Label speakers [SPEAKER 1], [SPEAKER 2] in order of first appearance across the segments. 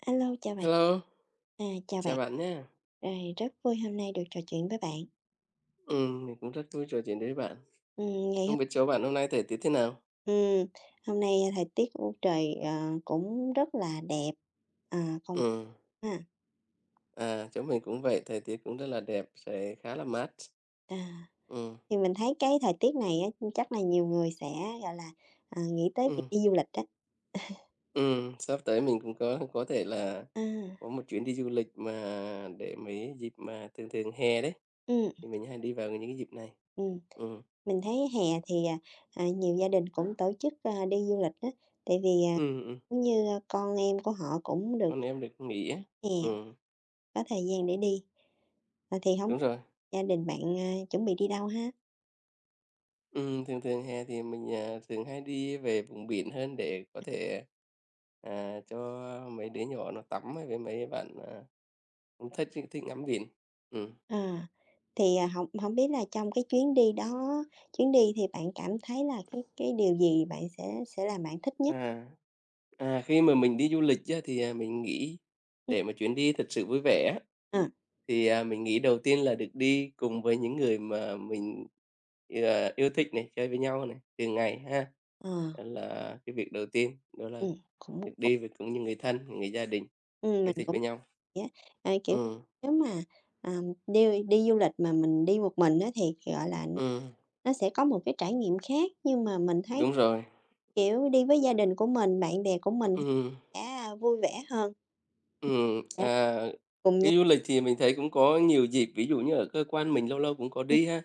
[SPEAKER 1] Alo, chào bạn.
[SPEAKER 2] Hello,
[SPEAKER 1] À, chào bạn.
[SPEAKER 2] chào bạn nhé.
[SPEAKER 1] Rồi, rất vui hôm nay được trò chuyện với bạn.
[SPEAKER 2] Mình cũng rất vui trò chuyện với bạn.
[SPEAKER 1] Ngày hôm
[SPEAKER 2] Không biết chỗ bạn hôm nay thời tiết thế nào?
[SPEAKER 1] ừm, Hôm nay à, thời tiết của trời, cũng rất là đẹp. À còn bạn
[SPEAKER 2] Ừm,
[SPEAKER 1] ha?
[SPEAKER 2] Chỗ mình cũng vậy, thời tiết cũng rất là đẹp, sẽ khá là mát.
[SPEAKER 1] À,
[SPEAKER 2] Ừm,
[SPEAKER 1] thì mình thấy cái thời tiết này á, chắc là nhiều người sẽ, gọi là, nghĩ tới việc
[SPEAKER 2] ừm,
[SPEAKER 1] đi du lịch á.
[SPEAKER 2] Sắp tới mình cũng có thể là
[SPEAKER 1] À,
[SPEAKER 2] có một chuyến đi du lịch mà để mấy dịp mà thường thường hè đấy,
[SPEAKER 1] ừm,
[SPEAKER 2] thì mình hay đi vào những cái dịp này.
[SPEAKER 1] ừm,
[SPEAKER 2] Ừm,
[SPEAKER 1] mình thấy hè thì, nhiều gia đình cũng tổ chức, đi du lịch á, tại vì,
[SPEAKER 2] ừm.
[SPEAKER 1] giống như, con em của họ cũng được
[SPEAKER 2] Con em được nghỉ á.
[SPEAKER 1] hè,
[SPEAKER 2] Ừm,
[SPEAKER 1] có thời gian để đi. Thì hông
[SPEAKER 2] đúng rồi.
[SPEAKER 1] gia đình bạn, chuẩn bị đi đâu ha?
[SPEAKER 2] Thường thường hè thì mình, thường hay đi về vùng biển hơn để có thể, cho mấy đứa nhỏ nó tắm hay với mấy bạn, cũng thích thích ngắm biển. Ừm.
[SPEAKER 1] Ờ, thì, hổng hổng biết là trong cái chuyến đi đó chuyến đi thì bạn cảm thấy là cái điều gì bạn sẽ làm bạn thích nhất?
[SPEAKER 2] À, Khi mà mình đi du lịch á, thì, mình nghĩ
[SPEAKER 1] Ừm,
[SPEAKER 2] để mà chuyến đi thật sự vui vẻ á,
[SPEAKER 1] ờ,
[SPEAKER 2] thì, mình nghĩ đầu tiên là được đi cùng với những người mà mình, yêu thích này, chơi với nhau này, thường ngày ha.
[SPEAKER 1] ờ,
[SPEAKER 2] Đó là cái việc đầu tiên, đó là
[SPEAKER 1] cũng
[SPEAKER 2] được
[SPEAKER 1] cũng
[SPEAKER 2] đi với cùng những người thân, người gia đình yêu
[SPEAKER 1] Mình
[SPEAKER 2] thích
[SPEAKER 1] cũng
[SPEAKER 2] với nhau.
[SPEAKER 1] vậy á. À, kiểu,
[SPEAKER 2] Ừm,
[SPEAKER 1] nếu mà, à, đi đi du lịch mà mình đi một mình á thì, gọi là,
[SPEAKER 2] ừm.
[SPEAKER 1] nó sẽ có một cái trải nghiệm khác, nhưng mà mình thấy,
[SPEAKER 2] Đúng rồi.
[SPEAKER 1] kiểu, đi với gia đình của mình, bạn bè của mình
[SPEAKER 2] ừ
[SPEAKER 1] sẽ vui vẻ hơn.
[SPEAKER 2] ừ
[SPEAKER 1] Sẽ
[SPEAKER 2] à,
[SPEAKER 1] cùng nh
[SPEAKER 2] Đi du lịch thì mình thấy cũng có nhiều dịp, ví dụ như ở cơ quan mình lâu lâu cũng có
[SPEAKER 1] Ừm.
[SPEAKER 2] đi ha.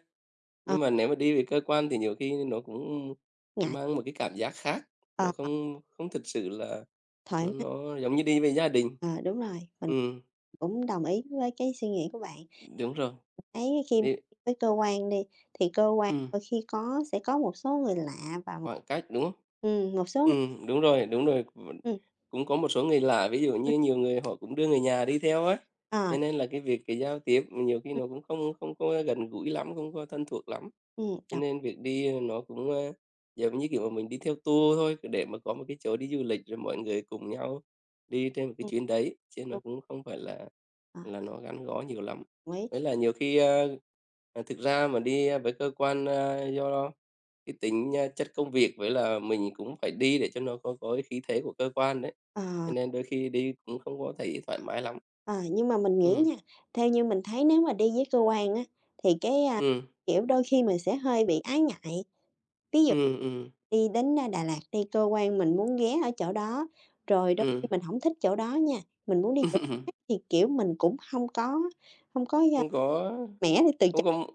[SPEAKER 1] Ờ,
[SPEAKER 2] Nhưng mà nếu mà đi về cơ quan thì nhiều khi nó cũng
[SPEAKER 1] Ngại,
[SPEAKER 2] mang một cái cảm giác khác, nó
[SPEAKER 1] ờ,
[SPEAKER 2] không không thực sự là
[SPEAKER 1] thoải
[SPEAKER 2] nó
[SPEAKER 1] mái,
[SPEAKER 2] nó giống như đi với gia đình.
[SPEAKER 1] ờ, đúng rồi, mình
[SPEAKER 2] ừ
[SPEAKER 1] cũng đồng ý với cái suy nghĩ của bạn.
[SPEAKER 2] Đúng rồi,
[SPEAKER 1] Thấy khi mà
[SPEAKER 2] đi
[SPEAKER 1] với cơ quan đi, thì cơ quan
[SPEAKER 2] ừm,
[SPEAKER 1] đôi khi có sẽ có một số người lạ và một
[SPEAKER 2] khoảng cách, đúng không?
[SPEAKER 1] một số
[SPEAKER 2] Đúng rồi, đúng rồi. Vẫn
[SPEAKER 1] ừm,
[SPEAKER 2] cũng có một số người lạ, ví dụ
[SPEAKER 1] ừm,
[SPEAKER 2] như nhiều người họ cũng đưa người nhà đi theo á,
[SPEAKER 1] ờ,
[SPEAKER 2] cho nên là việc cái giao tiếp nhiều khi
[SPEAKER 1] ừm,
[SPEAKER 2] nó cũng không không có gần gũi lắm, không có thân thuộc lắm. Cho
[SPEAKER 1] đồng
[SPEAKER 2] nên việc đi nó cũng, giống như kiểu mà mình đi theo tour thôi, để mà có một cái chỗ đi du lịch rồi mọi người cùng nhau đi trên một cái
[SPEAKER 1] ừm,
[SPEAKER 2] chuyến đấy, chứ nó
[SPEAKER 1] đúng,
[SPEAKER 2] cũng không phải là
[SPEAKER 1] ờ,
[SPEAKER 2] nó gắn bó nhiều lắm.
[SPEAKER 1] đồng ý.
[SPEAKER 2] Với là nhiều khi, thực ra mà đi với cơ quan, do cái tính, chất công việc với là mình cũng phải đi để cho nó có cái khí thế của cơ quan đấy, cho
[SPEAKER 1] Ờ.
[SPEAKER 2] nên đôi khi đi cũng không có thấy thoải mái lắm.
[SPEAKER 1] Ờ, nhưng mà mình nghĩ
[SPEAKER 2] Ừ,
[SPEAKER 1] nha, theo như mình thấy nếu mà đi với cơ quan á, thì cái,
[SPEAKER 2] ừ,
[SPEAKER 1] kiểu, đôi khi mình sẽ hơi bị ái ngại. Ví dụ
[SPEAKER 2] ừ, ừ,
[SPEAKER 1] đi đến, Đà Lạt đi, cơ quan mình muốn ghé ở chỗ đó, rồi đôi khi
[SPEAKER 2] ừm.
[SPEAKER 1] mình hổng thích chỗ đó nha, mình muốn đi chỗ khác thì, kiểu, mình cũng hông có,
[SPEAKER 2] không có
[SPEAKER 1] mẻ để từ
[SPEAKER 2] không
[SPEAKER 1] chối.
[SPEAKER 2] có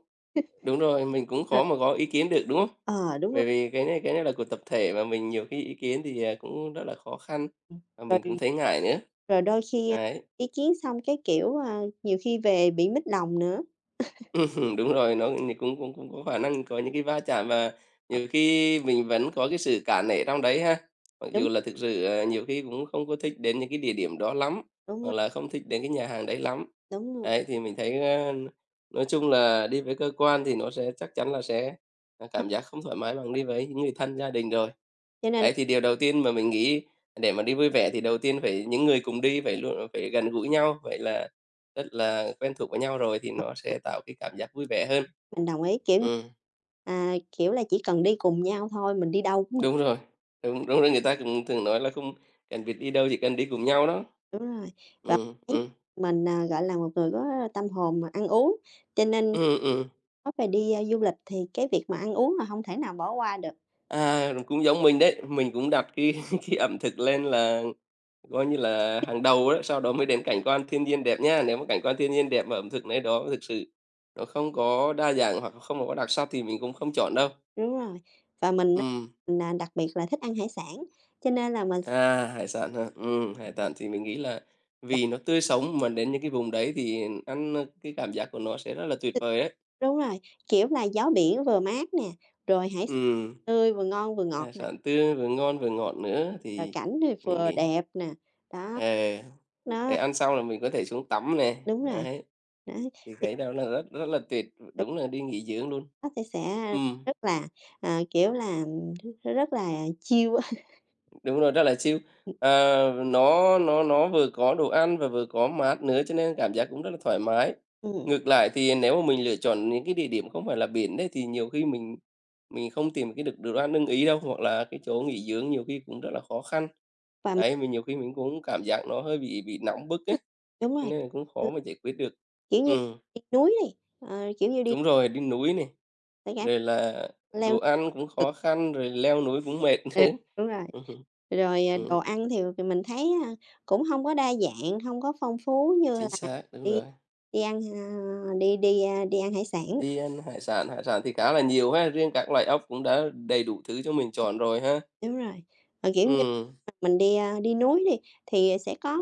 [SPEAKER 2] đúng rồi, mình cũng
[SPEAKER 1] Ờ.
[SPEAKER 2] khó mà có ý kiến được, đúng không?
[SPEAKER 1] Ờ, đúng rồi.
[SPEAKER 2] Bởi vì cái này là của tập thể mà mình nhiều khi ý kiến thì, cũng rất là khó khăn,
[SPEAKER 1] Ừm,
[SPEAKER 2] và mình cũng
[SPEAKER 1] rồi
[SPEAKER 2] thấy ngại nữa.
[SPEAKER 1] rồi đôi khi,
[SPEAKER 2] Đấy.
[SPEAKER 1] ý kiến xong cái, kiểu, nhiều khi về bị mếch lòng nữa.
[SPEAKER 2] Đúng rồi, nó cũng cũng cũng có khả năng có những cái va chạm và
[SPEAKER 1] Ờ,
[SPEAKER 2] nhiều khi mình vẫn có cái sự cả nể trong đấy ha. Mặc
[SPEAKER 1] đúng,
[SPEAKER 2] dù là thực sự, nhiều khi cũng không có thích đến những cái địa điểm đó lắm,
[SPEAKER 1] đúng
[SPEAKER 2] hoặc
[SPEAKER 1] rồi,
[SPEAKER 2] là không thích đến cái nhà hàng đấy lắm.
[SPEAKER 1] đúng luôn.
[SPEAKER 2] Đấy, thì mình thấy, nói chung là đi với cơ quan thì nó sẽ chắc chắn là sẽ,
[SPEAKER 1] H
[SPEAKER 2] cảm giác không thoải mái bằng đi với những người thân, gia đình rồi.
[SPEAKER 1] Cho nên
[SPEAKER 2] Đấy, thì điều đầu tiên mà mình nghĩ để mà đi vui vẻ thì đầu tiên phải những người cùng đi phải luôn phải gần gũi nhau, vậy là rất là quen thuộc với nhau rồi thì nó sẽ tạo cái cảm giác vui vẻ hơn.
[SPEAKER 1] mình đồng ý, kiểu,
[SPEAKER 2] Ừm,
[SPEAKER 1] kiểu là, chỉ cần đi cùng nhau thôi, mình đi đâu cũng được.
[SPEAKER 2] đúng rồi, đúng, đúng rồi, người ta cũng thường nói là không cần việc đi đâu, chỉ cần đi cùng nhau đó.
[SPEAKER 1] Đúng rồi, và
[SPEAKER 2] Ừm,
[SPEAKER 1] thấy
[SPEAKER 2] ừm,
[SPEAKER 1] mình, gọi là, một người có tâm hồn, ăn uống, cho nên
[SPEAKER 2] ừm, ừm.
[SPEAKER 1] nói về đi, du lịch thì cái việc mà ăn uống là hông thể nào bỏ qua được.
[SPEAKER 2] À, cũng giống mình đấy, mình cũng đặt cái cái ẩm thực lên là coi như là hàng đầu đó, sau đó mới đến cảnh quan thiên nhiên đẹp nha. Nếu mà cảnh quan thiên nhiên đẹp mà ẩm thực nơi đó thực sự nó không có đa dạng hoặc không có đặc sắc thì mình cũng không chọn đâu.
[SPEAKER 1] Đúng rồi, và mình á,
[SPEAKER 2] Ừm.
[SPEAKER 1] mình, đặc biệt là thích ăn hải sản, cho nên là mình sẽ
[SPEAKER 2] À, hải sản hả? Hải sản thì mình nghĩ là vì nó tươi sống mà đến những cái vùng đấy thì ăn, cái cảm giác của nó sẽ rất là tuyệt vời đấy.
[SPEAKER 1] đúng rồi, kiểu là, gió biển vừa mát nè, rồi hải sản
[SPEAKER 2] Ừm,
[SPEAKER 1] tươi vừa ngon vừa ngọt
[SPEAKER 2] hải
[SPEAKER 1] nè,
[SPEAKER 2] sản tươi vừa ngon vừa ngọt nữa
[SPEAKER 1] rồi
[SPEAKER 2] thì
[SPEAKER 1] cảnh thì
[SPEAKER 2] mình
[SPEAKER 1] vừa
[SPEAKER 2] nghĩ
[SPEAKER 1] đẹp nè, đó.
[SPEAKER 2] ờ, để
[SPEAKER 1] Nó
[SPEAKER 2] ăn xong là mình có thể xuống tắm nè,
[SPEAKER 1] đúng rồi,
[SPEAKER 2] đấy,
[SPEAKER 1] đó,
[SPEAKER 2] thì
[SPEAKER 1] thì
[SPEAKER 2] cái đó là rất rất là tuyệt, đúng là đi nghỉ dưỡng luôn.
[SPEAKER 1] nó sẽ
[SPEAKER 2] Ừm.
[SPEAKER 1] rất là, kiểu là, rất là chill á.
[SPEAKER 2] Đúng rồi, rất là chill. Ờ, nó vừa có đồ ăn và vừa có mát nữa, cho nên cảm giác cũng rất là thoải mái.
[SPEAKER 1] Ừm,
[SPEAKER 2] Ngược lại thì nếu mà mình lựa chọn những cái địa điểm không phải là biển đấy, thì nhiều khi mình không tìm cái được đồ ăn ưng ý đâu, hoặc là cái chỗ nghỉ dưỡng nhiều khi cũng rất là khó khăn.
[SPEAKER 1] và mình
[SPEAKER 2] Đấy, nhiều khi mình cũng cảm giác nó hơi bị nóng bức ấy,
[SPEAKER 1] Đúng
[SPEAKER 2] cho
[SPEAKER 1] rồi,
[SPEAKER 2] nên là cũng
[SPEAKER 1] ừm,
[SPEAKER 2] khó mà giải quyết được.
[SPEAKER 1] kiểu như,
[SPEAKER 2] Ừm,
[SPEAKER 1] đi núi đi, kiểu như, đi
[SPEAKER 2] đúng rồi, đi núi này,
[SPEAKER 1] phải gánh
[SPEAKER 2] rồi là đồ
[SPEAKER 1] leo
[SPEAKER 2] ăn cũng
[SPEAKER 1] cực
[SPEAKER 2] khó khăn, rồi leo núi cũng mệt nữa.
[SPEAKER 1] à, đúng rồi.
[SPEAKER 2] Ừm,
[SPEAKER 1] Rồi, đồ ăn thì mình thấy, cũng hông có đa dạng, hông có phong phú như là
[SPEAKER 2] chính xác, đúng
[SPEAKER 1] đi
[SPEAKER 2] rồi.
[SPEAKER 1] đi ăn, a, đi đi, a, đi ăn hải sản.
[SPEAKER 2] Đi ăn hải sản thì khá là nhiều ha, riêng các loại ốc cũng đã đầy đủ thứ cho mình chọn rồi ha.
[SPEAKER 1] Đúng rồi, kiểu như,
[SPEAKER 2] Ừm,
[SPEAKER 1] mình đi, đi núi đi, thì sẽ có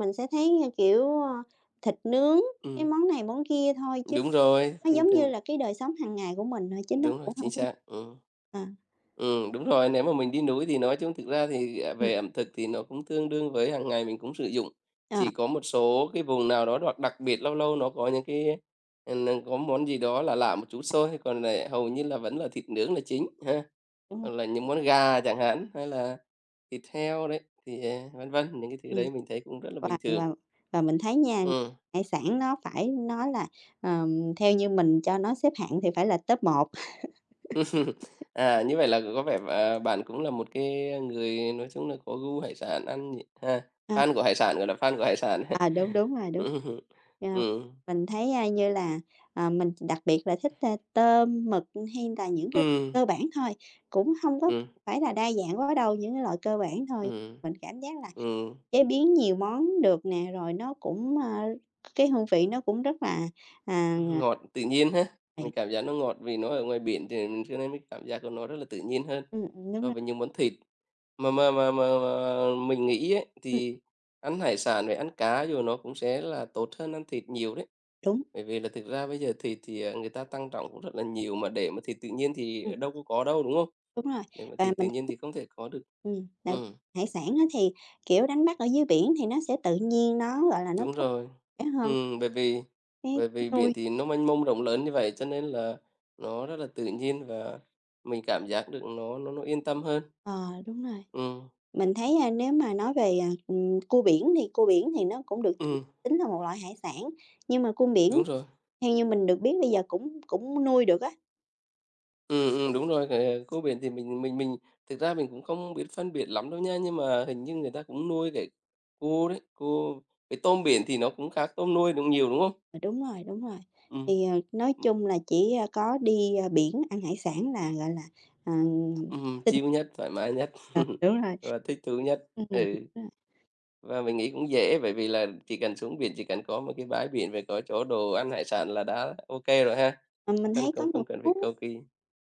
[SPEAKER 1] mình sẽ thấy, như kiểu, thịt nướng, cái
[SPEAKER 2] ừm,
[SPEAKER 1] món này món kia thôi chứ
[SPEAKER 2] đúng rồi,
[SPEAKER 1] nó
[SPEAKER 2] thường
[SPEAKER 1] giống như
[SPEAKER 2] thường
[SPEAKER 1] là cái đời sống hàng ngày của mình thôi chứ nó
[SPEAKER 2] đúng rồi,
[SPEAKER 1] cũng
[SPEAKER 2] chính
[SPEAKER 1] không có
[SPEAKER 2] xác,
[SPEAKER 1] ờ,
[SPEAKER 2] đúng rồi, nếu mà mình đi núi thì nói chung thực ra thì,
[SPEAKER 1] ừm,
[SPEAKER 2] về ẩm thực thì nó cũng tương đương với hàng ngày mình cũng sử dụng.
[SPEAKER 1] ờ,
[SPEAKER 2] Chỉ có một số cái vùng nào đó đoặc đặc biệt, lâu lâu nó có những cái, ờ, n có món gì đó là lạ một chút thôi, còn lại hầu như là vẫn là thịt nướng là chính ha,
[SPEAKER 1] Đúng rồi,
[SPEAKER 2] hoặc là những món gà chẳng hạn, hay là thịt heo đấy, thì, vân vân, những cái thứ
[SPEAKER 1] ừm.
[SPEAKER 2] đấy mình thấy cũng rất là
[SPEAKER 1] Và
[SPEAKER 2] bình thường.
[SPEAKER 1] và và mình thấy nha,
[SPEAKER 2] Ừm.
[SPEAKER 1] hải sản nó phải nói là, theo như mình cho nó xếp hạng thì phải là top một.
[SPEAKER 2] À, như vậy là có vẻ, à, bạn cũng là một cái người nói chung là có gu hải sản ăn nhỉ ha, fan của hải sản, gọi là fan của hải sản.
[SPEAKER 1] À, đúng, đúng rồi, đúng.
[SPEAKER 2] Ừm,
[SPEAKER 1] Ờ,
[SPEAKER 2] ừm,
[SPEAKER 1] mình thấy, như là, mình đặc biệt là thích, tôm, mực hay là những cái
[SPEAKER 2] ừm,
[SPEAKER 1] cơ bản thôi, cũng không có
[SPEAKER 2] ừm,
[SPEAKER 1] phải là đa dạng quá đâu, những cái loại cơ bản thôi.
[SPEAKER 2] ừm,
[SPEAKER 1] Mình cảm giác là
[SPEAKER 2] ừm.
[SPEAKER 1] chế biến nhiều món được nè, rồi nó cũng, cái hương vị nó cũng rất là, à,
[SPEAKER 2] Ngọt tự nhiên ha, mình cảm giác nó ngọt vì nó ở ngoài biển thì mình cho nên cái cảm giác của nó rất là tự nhiên hơn
[SPEAKER 1] Đúng
[SPEAKER 2] so
[SPEAKER 1] rồi,
[SPEAKER 2] với những món thịt. Mà mình nghĩ ấy,
[SPEAKER 1] ừm,
[SPEAKER 2] thì ăn hải sản với ăn cá rồi nó cũng sẽ là tốt hơn ăn thịt nhiều đấy.
[SPEAKER 1] đúng,
[SPEAKER 2] Bởi vì là thực ra bây giờ thịt thì, người ta tăng trọng cũng rất là nhiều, mà để mà thịt tự nhiên thì
[SPEAKER 1] ừm,
[SPEAKER 2] ở đâu có đâu, đúng không?
[SPEAKER 1] đúng rồi.
[SPEAKER 2] Để mà
[SPEAKER 1] Và
[SPEAKER 2] thịt tự
[SPEAKER 1] mình
[SPEAKER 2] nhiên
[SPEAKER 1] thấy
[SPEAKER 2] thì không thể có được.
[SPEAKER 1] là
[SPEAKER 2] Ừm,
[SPEAKER 1] hải sản á thì, kiểu, đánh bắt ở dưới biển thì nó sẽ tự nhiên, nó, gọi là, nó
[SPEAKER 2] đúng
[SPEAKER 1] tốt
[SPEAKER 2] rồi.
[SPEAKER 1] hơn
[SPEAKER 2] Ừm, bởi vì
[SPEAKER 1] cái
[SPEAKER 2] bởi vì biển
[SPEAKER 1] nuôi.
[SPEAKER 2] thì nó mênh mông rộng lớn như vậy cho nên là nó rất là tự nhiên và mình cảm giác được nó yên tâm hơn.
[SPEAKER 1] Ờ, đúng rồi.
[SPEAKER 2] Ừm,
[SPEAKER 1] Mình thấy, nếu mà nói về, cua biển thì nó cũng được tính
[SPEAKER 2] ừm,
[SPEAKER 1] tính là một loại hải sản, nhưng mà cua biển
[SPEAKER 2] đúng rồi.
[SPEAKER 1] theo như mình được biết bây giờ cũng cũng nuôi được á.
[SPEAKER 2] Đúng rồi, cái cua biển thì mình thực ra mình cũng không biết phân biệt lắm đâu nha, nhưng mà hình như người ta cũng nuôi cái cua đấy, cua cái tôm biển thì nó cũng khác tôm nuôi đúng nhiều, đúng không?
[SPEAKER 1] Ờ, đúng rồi, đúng rồi.
[SPEAKER 2] Ừm,
[SPEAKER 1] Thì, nói
[SPEAKER 2] ừm,
[SPEAKER 1] chung là chỉ, có đi, biển ăn hải sản là, gọi là, ờ,
[SPEAKER 2] ừm,
[SPEAKER 1] tinh
[SPEAKER 2] nhất, thoải mái nhất
[SPEAKER 1] ờ, đúng rồi.
[SPEAKER 2] và thích thú nhất.
[SPEAKER 1] Đúng
[SPEAKER 2] Ừ.
[SPEAKER 1] rồi.
[SPEAKER 2] Và mình nghĩ cũng dễ, bởi vì là chỉ cần xuống biển, chỉ cần có một cái bãi biển rồi có chỗ đồ ăn hải sản là đã ok rồi ha,
[SPEAKER 1] Ờ, mình
[SPEAKER 2] không cần
[SPEAKER 1] thấy có
[SPEAKER 2] không
[SPEAKER 1] một
[SPEAKER 2] không cần phải
[SPEAKER 1] số
[SPEAKER 2] cầu kỳ.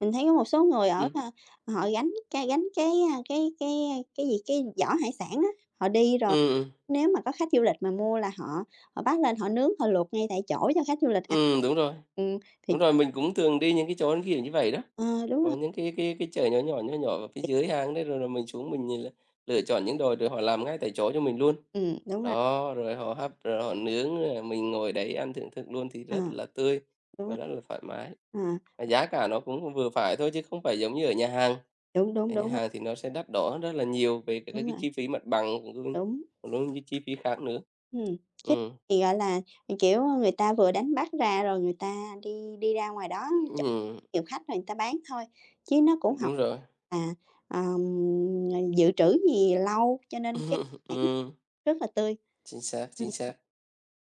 [SPEAKER 1] mình thấy có một số người ở,
[SPEAKER 2] Ừm,
[SPEAKER 1] họ gánh cái, cái gì, cái giỏ hải sản á, họ đi rồi
[SPEAKER 2] ừm, ừm,
[SPEAKER 1] nếu mà có khách du lịch mà mua là họ họ bắt lên họ nướng, họ luộc ngay tại chỗ cho khách du lịch ăn.
[SPEAKER 2] đúng rồi,
[SPEAKER 1] Ừm, thì
[SPEAKER 2] đúng rồi, mình cũng thường đi những cái chỗ kiểu như vậy đó,
[SPEAKER 1] ờ, Đúng
[SPEAKER 2] có
[SPEAKER 1] rồi,
[SPEAKER 2] những cái chợ nhỏ nhỏ, nhỏ nhỏ ở phía dưới hang đấy, rồi là mình xuống mình nhìn là lựa chọn những đồ rồi họ làm ngay tại chỗ cho mình luôn.
[SPEAKER 1] đúng rồi,
[SPEAKER 2] Đó, rồi họ hấp, rồi họ nướng, rồi mình ngồi đấy ăn thưởng thức luôn thì
[SPEAKER 1] ờ,
[SPEAKER 2] rất là tươi
[SPEAKER 1] đúng
[SPEAKER 2] và
[SPEAKER 1] rồi.
[SPEAKER 2] rất là thoải mái,
[SPEAKER 1] Ờ,
[SPEAKER 2] và giá cả nó cũng vừa phải thôi chứ không phải giống như ở nhà hàng.
[SPEAKER 1] đúng, đúng,
[SPEAKER 2] Ở nhà
[SPEAKER 1] đúng rồi,
[SPEAKER 2] hàng thì nó sẽ đắt đỏ rất là nhiều về cả các
[SPEAKER 1] đúng
[SPEAKER 2] cái
[SPEAKER 1] rồi,
[SPEAKER 2] chi phí mặt bằng cũng luôn
[SPEAKER 1] đúng.
[SPEAKER 2] còn đối với chi phí khác nữa.
[SPEAKER 1] Ừm, cái
[SPEAKER 2] Ừm,
[SPEAKER 1] Thì, gọi là, kiểu, người ta vừa đánh bắt ra rồi người ta đi đi ra ngoài đó chỗ
[SPEAKER 2] ừm,
[SPEAKER 1] nhiều khách rồi người ta bán thôi, chứ nó cũng hổng
[SPEAKER 2] đúng rồi.
[SPEAKER 1] là, ờm, dự trữ gì lâu, cho nên cái sản nó
[SPEAKER 2] Ừm,
[SPEAKER 1] rất là tươi.
[SPEAKER 2] chính xác,
[SPEAKER 1] Ừm,
[SPEAKER 2] chính xác.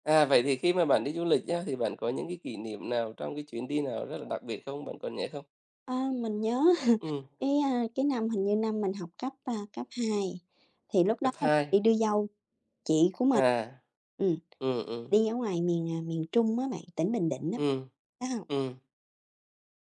[SPEAKER 2] À, vậy thì khi mà bạn đi du lịch nhá, thì bạn có những cái kỷ niệm nào trong cái chuyến đi nào rất là đặc biệt không? Bạn còn nhớ không?
[SPEAKER 1] mình nhớ
[SPEAKER 2] Ừm,
[SPEAKER 1] cái, cái năm hình như năm mình học cấp, cấp 2 thì lúc đó
[SPEAKER 2] cấp
[SPEAKER 1] là
[SPEAKER 2] hai
[SPEAKER 1] đi đưa dâu chị của mình,
[SPEAKER 2] À,
[SPEAKER 1] ừm,
[SPEAKER 2] ừm, ừm,
[SPEAKER 1] đi ở ngoài miền, miền Trung á bạn, tỉnh Bình Định á,
[SPEAKER 2] ừm,
[SPEAKER 1] đó hông?
[SPEAKER 2] ừm,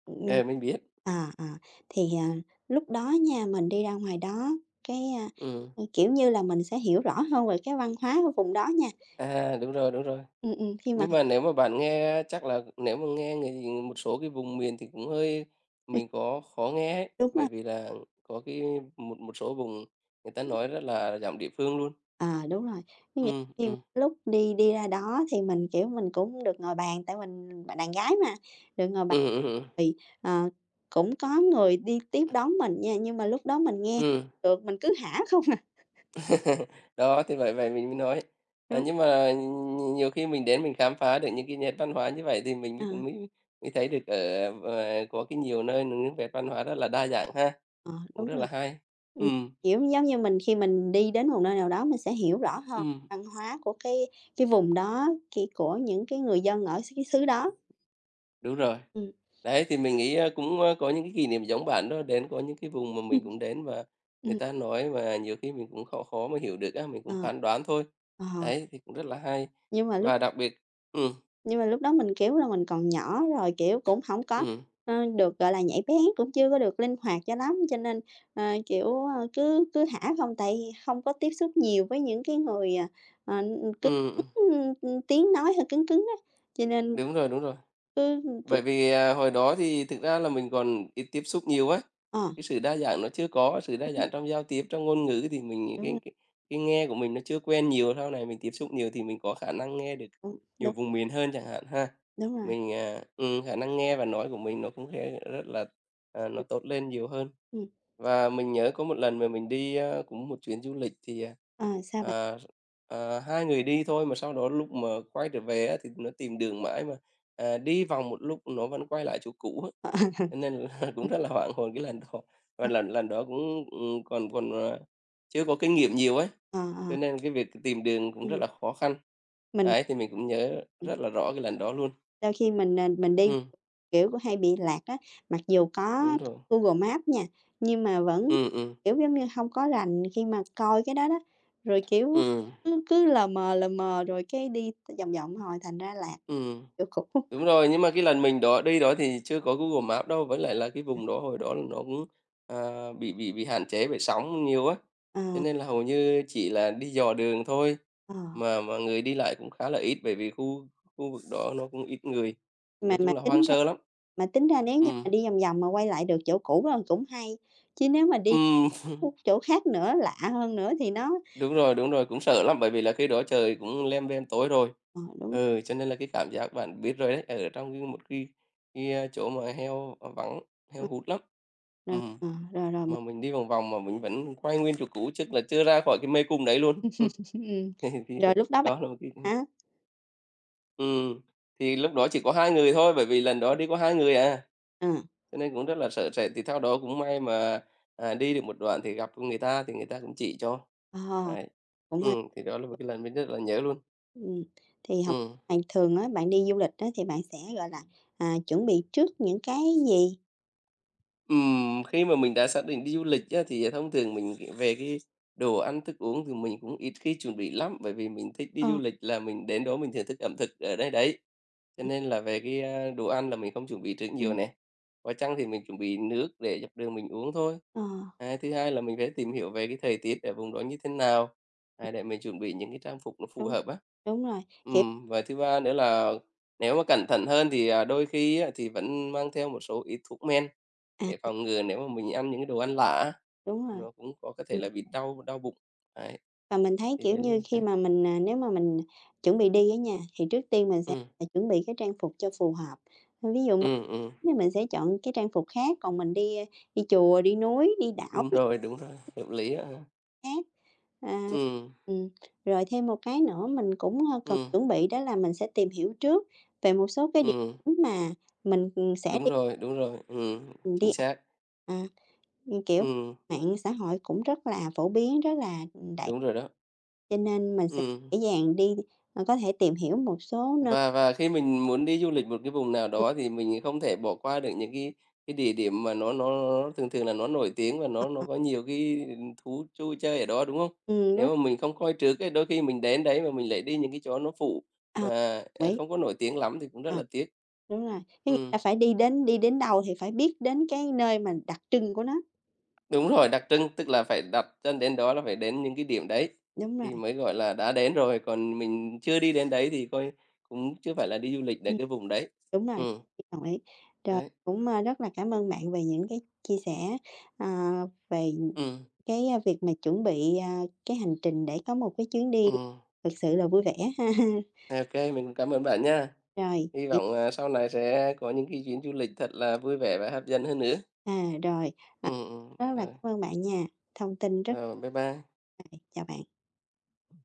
[SPEAKER 1] Ừm.
[SPEAKER 2] ờ, mình biết.
[SPEAKER 1] À, à, thì, lúc đó nha, mình đi ra ngoài đó, cái,
[SPEAKER 2] Ừm,
[SPEAKER 1] kiểu như là, mình sẽ hiểu rõ hơn về cái văn hóa của vùng đó nha.
[SPEAKER 2] à, đúng rồi, đúng rồi.
[SPEAKER 1] Khi mà
[SPEAKER 2] Nhưng mà nếu mà bạn nghe chắc là nếu mà nghe người một số cái vùng miền thì cũng hơi mình có khó nghe ấy,
[SPEAKER 1] đúng
[SPEAKER 2] bởi
[SPEAKER 1] rồi,
[SPEAKER 2] vì là có cái một một số vùng người ta nói rất là giọng địa phương luôn.
[SPEAKER 1] ờ, đúng rồi. Có nghĩa
[SPEAKER 2] ừ
[SPEAKER 1] khi mà
[SPEAKER 2] ừ
[SPEAKER 1] lúc đi đi ra đó thì mình, kiểu, mình cũng được ngồi bàn, tại mình bạn đàn gái mà, được ngồi
[SPEAKER 2] ừ
[SPEAKER 1] bàn
[SPEAKER 2] ừm, ừm,
[SPEAKER 1] thì, ờ, cũng có người đi tiếp đón mình nha, nhưng mà lúc đó mình nghe
[SPEAKER 2] ừm.
[SPEAKER 1] được, mình cứ hả không à.
[SPEAKER 2] Đó, thì vậy vậy mình mới nói. À,
[SPEAKER 1] Ừm,
[SPEAKER 2] nhưng mà nhiều khi mình đến mình khám phá được những cái nét văn hóa như vậy thì mình
[SPEAKER 1] ờ.
[SPEAKER 2] mới mới mới thấy được ở, có cái nhiều nơi nướng nét văn hóa rất là đa dạng ha,
[SPEAKER 1] Ờ,
[SPEAKER 2] cũng
[SPEAKER 1] đúng
[SPEAKER 2] rất
[SPEAKER 1] rồi.
[SPEAKER 2] là hay. ừ
[SPEAKER 1] Ừm, Kiểu, giống như mình khi mình đi đến một nơi nào đó mình sẽ hiểu rõ
[SPEAKER 2] ừ
[SPEAKER 1] hơn văn hóa của cái vùng đó, cái của những cái người dân ở cái xứ đó.
[SPEAKER 2] đúng rồi.
[SPEAKER 1] Ừm.
[SPEAKER 2] Đấy, thì mình nghĩ, cũng, có những cái kỷ niệm giống bạn đó, đến có những cái vùng mà mình
[SPEAKER 1] Ừm,
[SPEAKER 2] cũng đến và người ta nói và nhiều khi mình cũng khó khó mà hiểu được á, mình
[SPEAKER 1] ờ,
[SPEAKER 2] cũng phán đoán thôi.
[SPEAKER 1] ờ,
[SPEAKER 2] Đấy, thì cũng rất là hay.
[SPEAKER 1] nhưng mà lúc
[SPEAKER 2] Và đặc biệt ừm,
[SPEAKER 1] Nhưng mà lúc đó mình, kiểu là, mình còn nhỏ rồi, kiểu, cũng hổng có,
[SPEAKER 2] ừm,
[SPEAKER 1] được, gọi là, nhạy bén, cũng chưa có được linh hoạt cho lắm, cho nên, kiểu, cứ cứ thả không. Tại không có tiếp xúc nhiều với những cái người, cứng
[SPEAKER 2] ừm, ừm,
[SPEAKER 1] cứng, tiếng nói hơi cứng cứng á, cho nên
[SPEAKER 2] đúng rồi, đúng rồi.
[SPEAKER 1] cứ cứ
[SPEAKER 2] Bởi vì, hồi đó thì thực ra là mình còn ít tiếp xúc nhiều á,
[SPEAKER 1] ờ,
[SPEAKER 2] cái sự đa dạng nó chưa có, sự đa
[SPEAKER 1] đúng,
[SPEAKER 2] dạng trong giao tiếp, trong ngôn ngữ thì mình
[SPEAKER 1] đúng
[SPEAKER 2] cái
[SPEAKER 1] rồi,
[SPEAKER 2] cái cái nghe của mình nó chưa quen nhiều, sau này mình tiếp xúc nhiều thì mình có khả năng nghe được
[SPEAKER 1] đúng,
[SPEAKER 2] nhiều
[SPEAKER 1] đúng,
[SPEAKER 2] vùng miền hơn chẳng hạn ha.
[SPEAKER 1] đúng rồi.
[SPEAKER 2] Mình, khả năng nghe và nói của mình nó cũng sẽ rất là, nó tốt lên nhiều hơn.
[SPEAKER 1] Ừm, ừm,
[SPEAKER 2] Và mình nhớ có một lần mà mình đi, cũng một chuyến du lịch thì,
[SPEAKER 1] ờ, Sao bạn?
[SPEAKER 2] à, 2 người đi thôi mà sau đó lúc mà quay trở về á thì nó tìm đường mãi mà Ờ, đi vòng một lúc nó vẫn quay lại chỗ cũ á,
[SPEAKER 1] Ờ,
[SPEAKER 2] cho nên là cũng rất là hoảng hồn cái lần đó. Và
[SPEAKER 1] ờ,
[SPEAKER 2] lần lần đó cũng, còn còn, chưa có kinh nghiệm nhiều ấy,
[SPEAKER 1] ờ, ờ, ờ,
[SPEAKER 2] cho nên cái việc tìm đường cũng rất
[SPEAKER 1] ừm,
[SPEAKER 2] là khó khăn.
[SPEAKER 1] mình
[SPEAKER 2] Đấy, thì mình cũng nhớ
[SPEAKER 1] ừm.
[SPEAKER 2] rất là rõ cái lần đó luôn.
[SPEAKER 1] Đôi khi mình đi,
[SPEAKER 2] Ừm,
[SPEAKER 1] kiểu, cũng hay bị lạc á, mặc dù có
[SPEAKER 2] đúng rồi.
[SPEAKER 1] Google Maps nha, nhưng mà vẫn,
[SPEAKER 2] ừ ừ
[SPEAKER 1] kiểu, giống như, hông có rành khi mà coi cái đó đó. Rồi, kiểu,
[SPEAKER 2] ừ
[SPEAKER 1] cứ cứ lờ mờ rồi cái đi vòng vòng hồi thành ra lạc,
[SPEAKER 2] ừ
[SPEAKER 1] kiểu, cũ.
[SPEAKER 2] Đúng rồi, nhưng mà cái lần mình đó đi đó thì chưa có Google Maps đâu, với lại là cái vùng đó hồi đó là nó cũng, bị hạn chế bởi sóng nhiều á,
[SPEAKER 1] Ờ,
[SPEAKER 2] cho nên là hầu như chỉ là đi dò đường thôi,
[SPEAKER 1] ờ,
[SPEAKER 2] mà người đi lại cũng khá là ít bởi vì khu khu vực đó nó cũng ít người,
[SPEAKER 1] mà
[SPEAKER 2] nói
[SPEAKER 1] mà
[SPEAKER 2] chung là hoang sơ lắm.
[SPEAKER 1] tính ra nếu như
[SPEAKER 2] Ừm,
[SPEAKER 1] mà đi vòng vòng mà quay lại được chỗ cũ là cũng hay, chứ nếu mà đi
[SPEAKER 2] ừm,
[SPEAKER 1] khúc chỗ khác nữa, lạ hơn nữa thì nó
[SPEAKER 2] đúng rồi, cũng sợ lắm, bởi vì là khi đó trời cũng lem bem tối rồi.
[SPEAKER 1] ờ, đúng,
[SPEAKER 2] Ừ, cho nên là cái cảm giác bạn biết rồi đấy, ở trong một cái, chỗ mà heo, vắng, heo
[SPEAKER 1] ừm.
[SPEAKER 2] hút lắm. ừ
[SPEAKER 1] Rồi, ờ, rồi, rồi
[SPEAKER 2] Mà
[SPEAKER 1] mình
[SPEAKER 2] mình đi vòng vòng mà mình vẫn quay nguyên chỗ cũ, chắc là chưa ra khỏi cái mê cung đấy luôn.
[SPEAKER 1] Ừm,
[SPEAKER 2] Thì
[SPEAKER 1] Rồi lúc đó bạn
[SPEAKER 2] đó là một cái
[SPEAKER 1] hả?
[SPEAKER 2] ừm, thì lúc đó chỉ có 2 người thôi, bởi vì lần đó đi có 2 người à,
[SPEAKER 1] Ờ,
[SPEAKER 2] cho nên cũng rất là sợ sệt, thì sau đó cũng may mà, đi được một đoạn thì gặp người ta thì người ta cũng chỉ cho.
[SPEAKER 1] ờ,
[SPEAKER 2] Đấy,
[SPEAKER 1] cũng, a
[SPEAKER 2] thì đó là một cái lần mình rất là nhớ luôn.
[SPEAKER 1] ừm, thì hổng
[SPEAKER 2] Ừm.
[SPEAKER 1] bạn thường á, bạn đi du lịch á, thì bạn sẽ, gọi là, chuẩn bị trước những cái gì?
[SPEAKER 2] Khi mà mình đã xác định đi du lịch á, thì thông thường mình nghĩ về cái đồ ăn thức uống thì mình cũng ít khi chuẩn bị lắm, bởi vì mình thích đi
[SPEAKER 1] Ờ,
[SPEAKER 2] du lịch là mình đến đó mình thưởng thức ẩm thực ở đây đấy. Cho
[SPEAKER 1] ừm,
[SPEAKER 2] nên là về cái, đồ ăn là mình không chuẩn bị trước nhiều
[SPEAKER 1] ừm,
[SPEAKER 2] nè, có chăng thì mình chuẩn bị nước để dọc đường mình uống thôi.
[SPEAKER 1] ờ,
[SPEAKER 2] À, thứ hai là mình phải tìm hiểu về cái thời tiết ở vùng đó như thế nào, để mình chuẩn bị những cái trang phục nó phù
[SPEAKER 1] Đúng,
[SPEAKER 2] hợp á.
[SPEAKER 1] đúng rồi, kiểu
[SPEAKER 2] Và thứ ba nữa là nếu mà cẩn thận hơn thì, đôi khi á, thì vẫn mang theo một số ít thuốc men.
[SPEAKER 1] à,
[SPEAKER 2] Để phòng ngừa nếu mà mình ăn những cái đồ ăn lạ
[SPEAKER 1] đúng rồi,
[SPEAKER 2] nó cũng có thể
[SPEAKER 1] ừm,
[SPEAKER 2] là bị đau đau bụng. Đấy,
[SPEAKER 1] và mình thấy,
[SPEAKER 2] thì
[SPEAKER 1] kiểu
[SPEAKER 2] đấy là
[SPEAKER 1] như,
[SPEAKER 2] những
[SPEAKER 1] khi
[SPEAKER 2] cái
[SPEAKER 1] mà mình, à, nếu mà mình chuẩn bị đi á nha, thì trước tiên mình sẽ
[SPEAKER 2] ừm,
[SPEAKER 1] phải chuẩn bị cái trang phục cho phù hợp. Ví dụ
[SPEAKER 2] ừm, ừm,
[SPEAKER 1] mình sẽ chọn cái trang phục khác, còn mình đi, đi chùa, đi núi, đi đảo
[SPEAKER 2] đúng rồi, hợp lý á ha.
[SPEAKER 1] Hát. À,
[SPEAKER 2] Ừm,
[SPEAKER 1] ừm, Rồi thêm một cái nữa mình cũng, cần
[SPEAKER 2] ừm,
[SPEAKER 1] chuẩn bị đó là mình sẽ tìm hiểu trước về một số cái địa điểm mà mình, sẽ đi
[SPEAKER 2] đúng rồi,
[SPEAKER 1] mình
[SPEAKER 2] chính
[SPEAKER 1] đi ăn.
[SPEAKER 2] xác.
[SPEAKER 1] À, Kiểu,
[SPEAKER 2] Ừm,
[SPEAKER 1] mạng xã hội cũng rất là phổ biến, rất là, đại
[SPEAKER 2] đúng rồi đó,
[SPEAKER 1] cho nên mình sẽ
[SPEAKER 2] ừm.
[SPEAKER 1] dễ dàng đi có thể tìm hiểu một số nơi
[SPEAKER 2] Và khi mình muốn đi du lịch một cái vùng nào đó thì mình không thể bỏ qua được những cái địa điểm mà nó nó thường thường là nó nổi tiếng và nó có nhiều cái thú vui chơi ở đó, đúng không?
[SPEAKER 1] đúng,
[SPEAKER 2] Nếu mà mình không coi trước ấy, đôi khi mình đến đấy mà mình lại đi những cái chỗ nó phụ mà,
[SPEAKER 1] ờ, mỹ.
[SPEAKER 2] không có nổi tiếng lắm thì cũng rất
[SPEAKER 1] Ờ,
[SPEAKER 2] là tiếc.
[SPEAKER 1] đúng rồi, có nghĩa
[SPEAKER 2] Ừm,
[SPEAKER 1] là phải đi đến đâu thì phải biết đến cái nơi mà đặc trưng của nó,
[SPEAKER 2] đúng rồi, đặc trưng, tức là phải đặt chân đến đó là phải đến những cái điểm đấy
[SPEAKER 1] đúng rồi,
[SPEAKER 2] thì mới, gọi là, đã đến rồi, còn mình chưa đi đến đấy thì coi cũng chưa phải là đi du lịch đến
[SPEAKER 1] ừm.
[SPEAKER 2] cái vùng đấy.
[SPEAKER 1] Đúng rồi,
[SPEAKER 2] Ừm,
[SPEAKER 1] đồng ý. Rồi,
[SPEAKER 2] đấy,
[SPEAKER 1] cũng, rất là cảm ơn bạn về những cái chia sẻ, à, về những
[SPEAKER 2] ừm.
[SPEAKER 1] cái, việc mà chuẩn bị, cái hành trình để có một cái chuyến đi
[SPEAKER 2] ừ
[SPEAKER 1] thực sự là vui vẻ ha.
[SPEAKER 2] OK, mình cảm ơn bạn nha.
[SPEAKER 1] Rồi,
[SPEAKER 2] Hy
[SPEAKER 1] những
[SPEAKER 2] vọng, sau này sẽ có những cái chuyến du lịch thật là vui vẻ và hấp dẫn hơn nữa.
[SPEAKER 1] à, rồi, à,
[SPEAKER 2] ừ ừm,
[SPEAKER 1] Rất là
[SPEAKER 2] rồi,
[SPEAKER 1] cảm ơn bạn nha, thông tin rất
[SPEAKER 2] rồi, bye bye.
[SPEAKER 1] chào bạn.